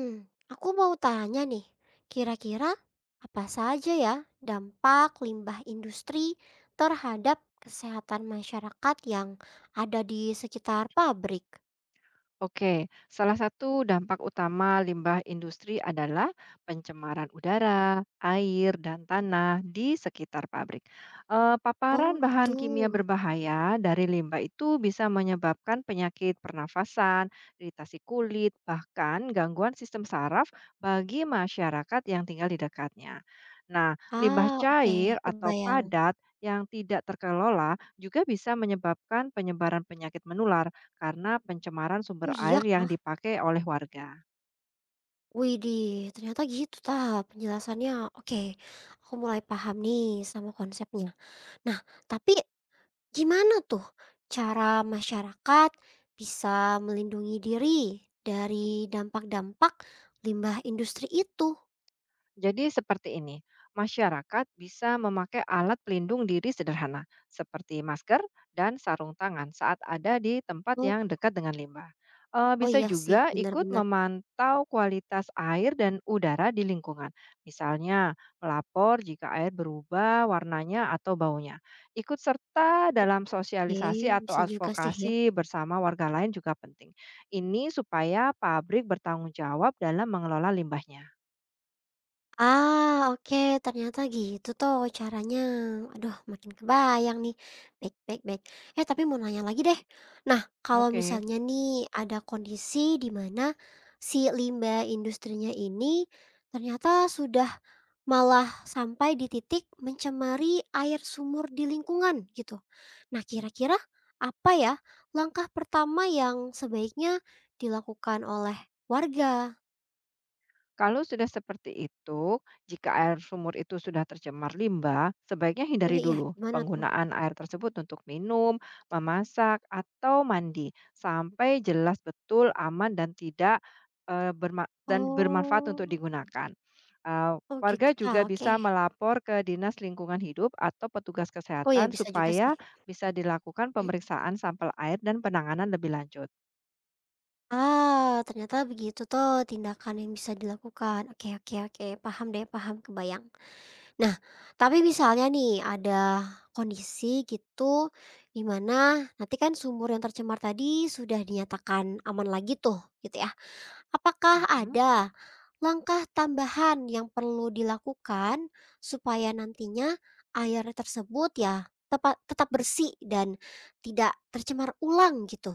Hmm, aku mau tanya nih, kira-kira apa saja ya dampak limbah industri terhadap kesehatan masyarakat yang ada di sekitar pabrik? Oke, salah satu dampak utama limbah industri adalah pencemaran udara, air, dan tanah di sekitar pabrik. Oh Paparan gitu. bahan kimia berbahaya dari limbah itu bisa menyebabkan penyakit pernafasan, iritasi kulit, bahkan gangguan sistem saraf bagi masyarakat yang tinggal di dekatnya. Nah, limbah Ah, oke, cair atau kebayang. padat yang tidak terkelola juga bisa menyebabkan penyebaran penyakit menular karena pencemaran Oh sumber iya air yang kah? dipakai oleh warga. Widih, ternyata gitu tah penjelasannya. Oke, aku mulai paham nih sama konsepnya. Nah, tapi gimana tuh cara masyarakat bisa melindungi diri dari dampak-dampak limbah industri itu? Jadi seperti ini, masyarakat bisa memakai alat pelindung diri sederhana seperti masker dan sarung tangan saat ada di tempat Oh, yang dekat dengan limbah. Oh Bisa iya sih, juga ikut benar-benar. memantau kualitas air dan udara di lingkungan. Misalnya, melapor jika air berubah warnanya atau baunya. Ikut serta dalam sosialisasi Eh atau bisa juga sih ya. advokasi bersama warga lain juga penting. Ini supaya pabrik bertanggung jawab dalam mengelola limbahnya. Ah, oke, ternyata gitu tuh caranya. Aduh, makin kebayang nih. Baik, baik, baik. Eh, tapi mau nanya lagi deh. Nah, kalau Oke. misalnya nih ada kondisi di mana si limbah industrinya ini ternyata sudah malah sampai di titik mencemari air sumur di lingkungan gitu. Nah, kira-kira apa ya langkah pertama yang sebaiknya dilakukan oleh warga? Kalau sudah seperti itu, jika air sumur itu sudah tercemar limbah, sebaiknya Nah, hindari iya, dulu gimana tuh? penggunaan air tersebut untuk minum, memasak, atau mandi sampai jelas betul aman dan tidak dan bermanfaat untuk Oh. digunakan. Eh, Oh gitu, Warga juga ah, oke. bisa melapor ke Dinas Lingkungan Hidup atau petugas Oh ya kesehatan bisa juga sih. supaya bisa dilakukan pemeriksaan sampel air dan penanganan lebih lanjut. Ah, ternyata begitu tuh tindakan yang bisa dilakukan. Oke oke oke, paham deh, paham, kebayang. Nah, tapi misalnya nih ada kondisi gitu di mana nanti kan sumur yang tercemar tadi sudah dinyatakan aman lagi tuh, gitu ya. Apakah Mhm. ada langkah tambahan yang perlu dilakukan supaya nantinya air tersebut ya tepat tetap bersih dan tidak tercemar ulang gitu.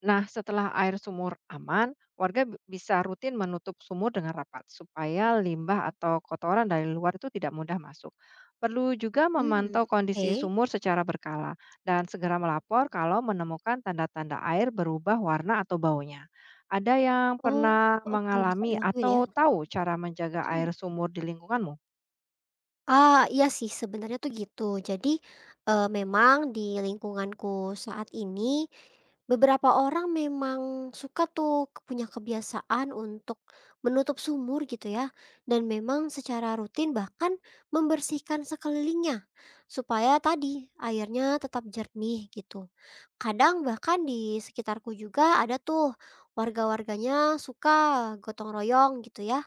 Nah, setelah air sumur aman, warga bisa rutin menutup sumur dengan rapat supaya limbah atau kotoran dari luar itu tidak mudah masuk. Perlu juga Hmm, memantau oke. kondisi sumur secara berkala dan segera melapor kalau menemukan tanda-tanda air berubah warna atau baunya. Ada yang Oh, pernah oke bisa mengalami dilakuin ya. atau tahu cara menjaga Mhm. air sumur di lingkunganmu? Ah, iya sih sebenarnya tuh gitu. Jadi, memang di lingkunganku saat ini, beberapa orang memang suka tuh punya kebiasaan untuk menutup sumur gitu ya, dan memang secara rutin bahkan membersihkan sekelilingnya, supaya tadi airnya tetap jernih gitu. Kadang bahkan di sekitarku juga ada tuh warga-warganya suka gotong royong gitu ya,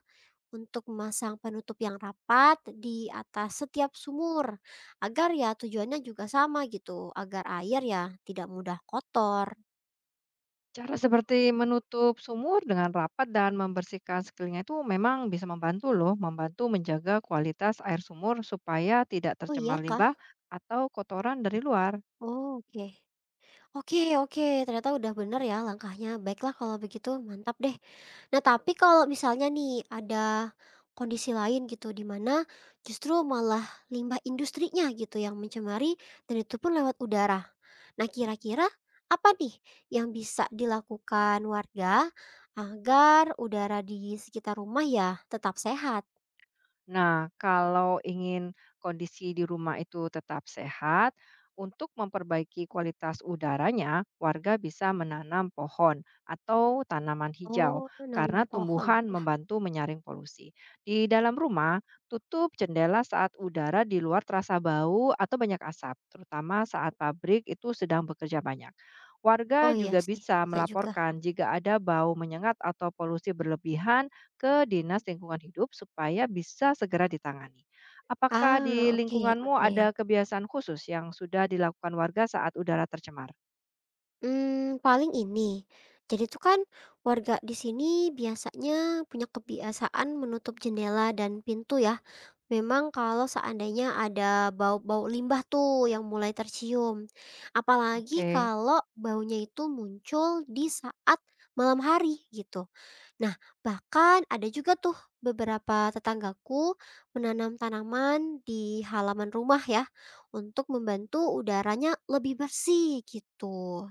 untuk memasang penutup yang rapat di atas setiap sumur agar ya tujuannya juga sama gitu, agar air ya tidak mudah kotor. Cara seperti menutup sumur dengan rapat dan membersihkan sekelilingnya itu memang bisa membantu loh, membantu menjaga kualitas air sumur supaya tidak Oh iya tercemar kah? limbah atau kotoran dari luar. Oh, oke. Oke, oke, ternyata udah bener ya langkahnya. Baiklah kalau begitu, mantap deh. Nah, tapi kalau misalnya nih ada kondisi lain gitu di mana justru malah limbah industrinya gitu yang mencemari dan itu pun lewat udara. Nah, kira-kira apa nih yang bisa dilakukan warga agar udara di sekitar rumah ya tetap sehat? Nah, kalau ingin kondisi di rumah itu tetap sehat, untuk memperbaiki kualitas udaranya, warga bisa menanam pohon atau tanaman hijau Oh, nanam karena pohon. tumbuhan membantu menyaring polusi. Di dalam rumah, tutup jendela saat udara di luar terasa bau atau banyak asap, terutama saat pabrik itu sedang bekerja banyak. Warga Oh iya juga sih, bisa bisa juga. melaporkan jika ada bau menyengat atau polusi berlebihan ke Dinas Lingkungan Hidup supaya bisa segera ditangani. Apakah di Ah, oke, lingkunganmu oke. ada kebiasaan khusus yang sudah dilakukan warga saat udara tercemar? Paling ini. Jadi tuh kan warga di sini biasanya punya kebiasaan menutup jendela dan pintu ya. Memang kalau seandainya ada bau-bau limbah tuh yang mulai tercium. Apalagi Oke. kalau baunya itu muncul di saat malam hari gitu. Nah, bahkan ada juga tuh beberapa tetanggaku menanam tanaman di halaman rumah ya untuk membantu udaranya lebih bersih gitu.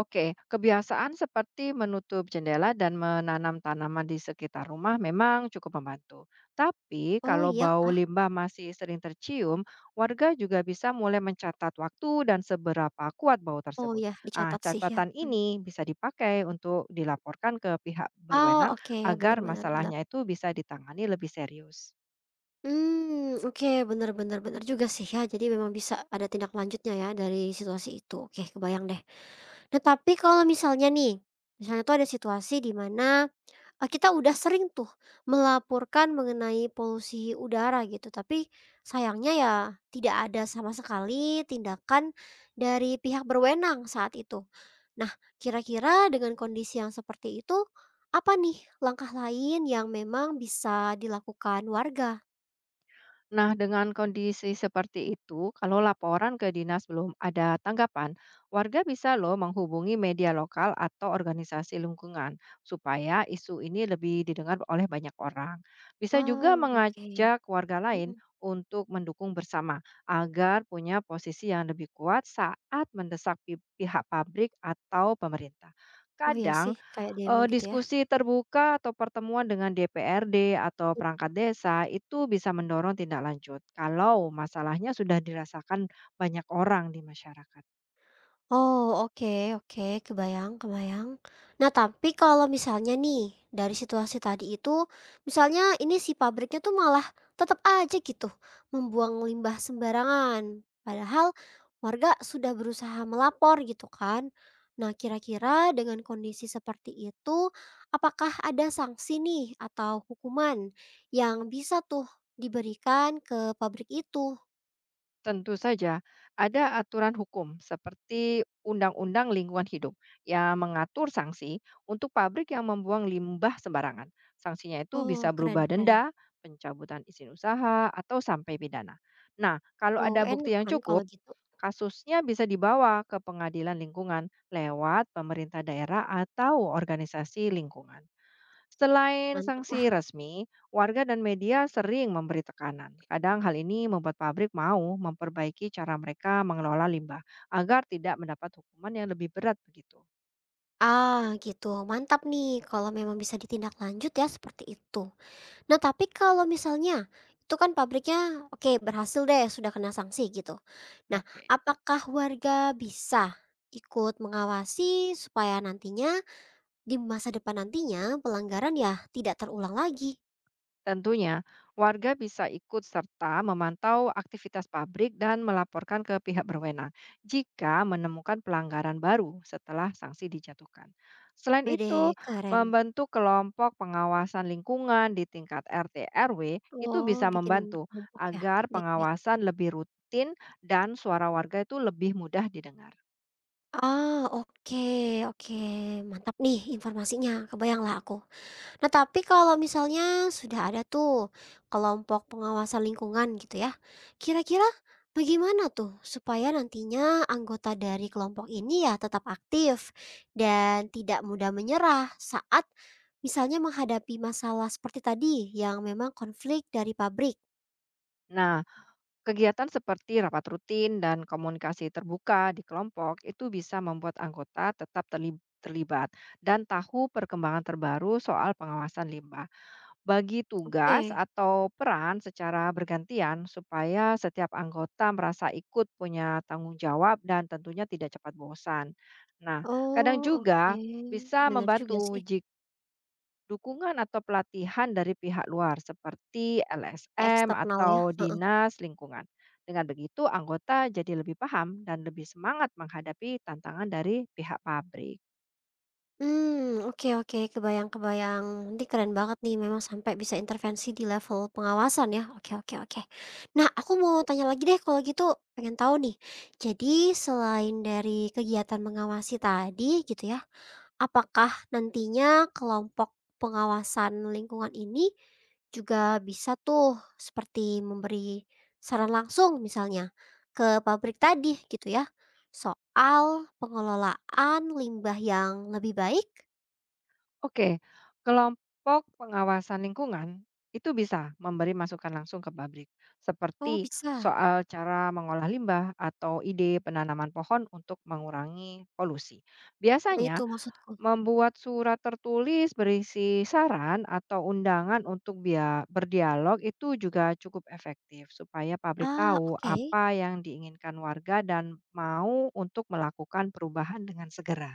Oke, kebiasaan seperti menutup jendela dan menanam tanaman di sekitar rumah memang cukup membantu. Tapi Oh kalau iya bau kah? limbah masih sering tercium, warga juga bisa mulai mencatat waktu dan seberapa kuat bau Oh tersebut. iya, Ah, dicatat sih ya. catatan Mhm. ini bisa dipakai untuk dilaporkan ke pihak Oh berwenang oke, agar benar benar benar. masalahnya itu bisa ditangani lebih serius. Hmm oke, bener bener bener juga sih ya, jadi memang bisa ada tindak lanjutnya ya dari situasi itu, oke kebayang deh. Nah tapi kalau misalnya nih, misalnya tuh ada situasi di mana, kita udah sering tuh melaporkan mengenai polusi udara gitu, tapi sayangnya ya tidak ada sama sekali tindakan dari pihak berwenang saat itu. Nah kira-kira dengan kondisi yang seperti itu, apa nih langkah lain yang memang bisa dilakukan warga? Nah, dengan kondisi seperti itu, kalau laporan ke dinas belum ada tanggapan, warga bisa loh menghubungi media lokal atau organisasi lingkungan supaya isu ini lebih didengar oleh banyak orang. Bisa juga Oh, oke, mengajak warga lain mhm, untuk mendukung bersama agar punya posisi yang lebih kuat saat mendesak pihak pabrik atau pemerintah. oh, iya Kadang sih kayak demo gitu ya? diskusi Iya. terbuka atau pertemuan dengan DPRD atau perangkat desa itu bisa mendorong tindak lanjut, kalau masalahnya sudah dirasakan banyak orang di masyarakat. Oh, oke oke, kebayang kebayang. Nah, tapi kalau misalnya nih, dari situasi tadi itu, misalnya ini si pabriknya tuh malah tetap aja gitu, membuang limbah sembarangan. Padahal warga sudah berusaha melapor gitu kan. Nah, kira-kira dengan kondisi seperti itu, apakah ada sanksi nih atau hukuman yang bisa tuh diberikan ke pabrik itu? Tentu saja, ada aturan hukum seperti Undang-Undang Lingkungan Hidup yang mengatur sanksi untuk pabrik yang membuang limbah sembarangan. Sanksinya itu bisa Oh, keren berubah keren. denda, pencabutan izin usaha, atau sampai pidana. Nah, kalau Tuh, ada enak bukti yang kan kalau cukup, gitu, kasusnya bisa dibawa ke pengadilan lingkungan lewat pemerintah daerah atau organisasi lingkungan. Selain sanksi mantap. resmi, warga dan media sering memberi tekanan. Kadang hal ini membuat pabrik mau memperbaiki cara mereka mengelola limbah agar tidak mendapat hukuman yang lebih berat begitu. Ah, gitu. Mantap nih kalau memang bisa ditindaklanjut ya seperti itu. Nah, tapi kalau misalnya itu kan pabriknya oke berhasil deh sudah kena sanksi gitu. Nah, Oke. apakah warga bisa ikut mengawasi supaya nantinya di masa depan nantinya pelanggaran ya tidak terulang lagi? Tentunya, warga bisa ikut serta memantau aktivitas pabrik dan melaporkan ke pihak berwenang jika menemukan pelanggaran baru setelah sanksi dijatuhkan. Selain Wede, itu, keren. membentuk kelompok pengawasan lingkungan di tingkat RT RW itu Oh, bisa bikin membantu kelompok ya. agar Baik-baik. pengawasan lebih rutin dan suara warga itu lebih mudah didengar. Ah, oke, oke. Mantap nih informasinya. Kebayang lah aku. Nah, tapi kalau misalnya sudah ada tuh kelompok pengawasan lingkungan gitu ya, kira-kira bagaimana tuh supaya nantinya anggota dari kelompok ini ya tetap aktif dan tidak mudah menyerah saat misalnya menghadapi masalah seperti tadi yang memang konflik dari pabrik? Nah, kegiatan seperti rapat rutin dan komunikasi terbuka di kelompok itu bisa membuat anggota tetap terlibat dan tahu perkembangan terbaru soal pengawasan limbah. Bagi tugas Oke. atau peran secara bergantian supaya setiap anggota merasa ikut punya tanggung jawab dan tentunya tidak cepat bosan. Nah, kadang Oh, oke. juga bisa Bener juga membantu sih, dukungan atau pelatihan dari pihak luar seperti ya LSM eksternal atau ya. dinas lingkungan. Dengan begitu, anggota jadi lebih paham dan lebih semangat menghadapi tantangan dari pihak pabrik. Hmm oke oke, kebayang kebayang. Nanti keren banget nih memang sampai bisa intervensi di level pengawasan ya. Oke oke oke. Nah, aku mau tanya lagi deh kalau gitu, pengen tahu nih. Jadi selain dari kegiatan mengawasi tadi gitu ya, apakah nantinya kelompok pengawasan lingkungan ini juga bisa tuh seperti memberi saran langsung misalnya ke pabrik tadi gitu ya, soal pengelolaan limbah yang lebih baik? Oke, kelompok pengawasan lingkungan itu bisa memberi masukan langsung ke pabrik, Oh seperti bisa? soal cara mengolah limbah atau ide penanaman pohon untuk mengurangi polusi. Nah itu Biasanya, maksudku. membuat surat tertulis berisi saran atau undangan untuk bia berdialog itu juga cukup efektif supaya pabrik Ah tahu oke. apa yang diinginkan warga dan mau untuk melakukan perubahan dengan segera.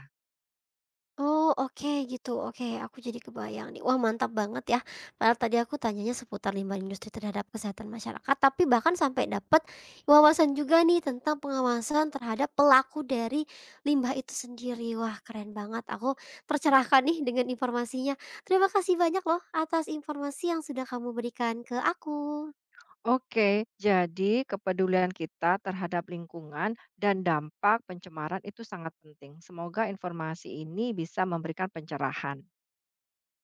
Oh oke gitu, oke aku jadi kebayang nih. Wah mantap banget ya, padahal tadi aku tanyanya seputar limbah industri terhadap kesehatan masyarakat, tapi bahkan sampai dapat wawasan juga nih tentang pengawasan terhadap pelaku dari limbah itu sendiri. Wah keren banget, aku tercerahkan nih dengan informasinya. Terima kasih banyak loh atas informasi yang sudah kamu berikan ke aku. Oke, jadi kepedulian kita terhadap lingkungan dan dampak pencemaran itu sangat penting. Semoga informasi ini bisa memberikan pencerahan.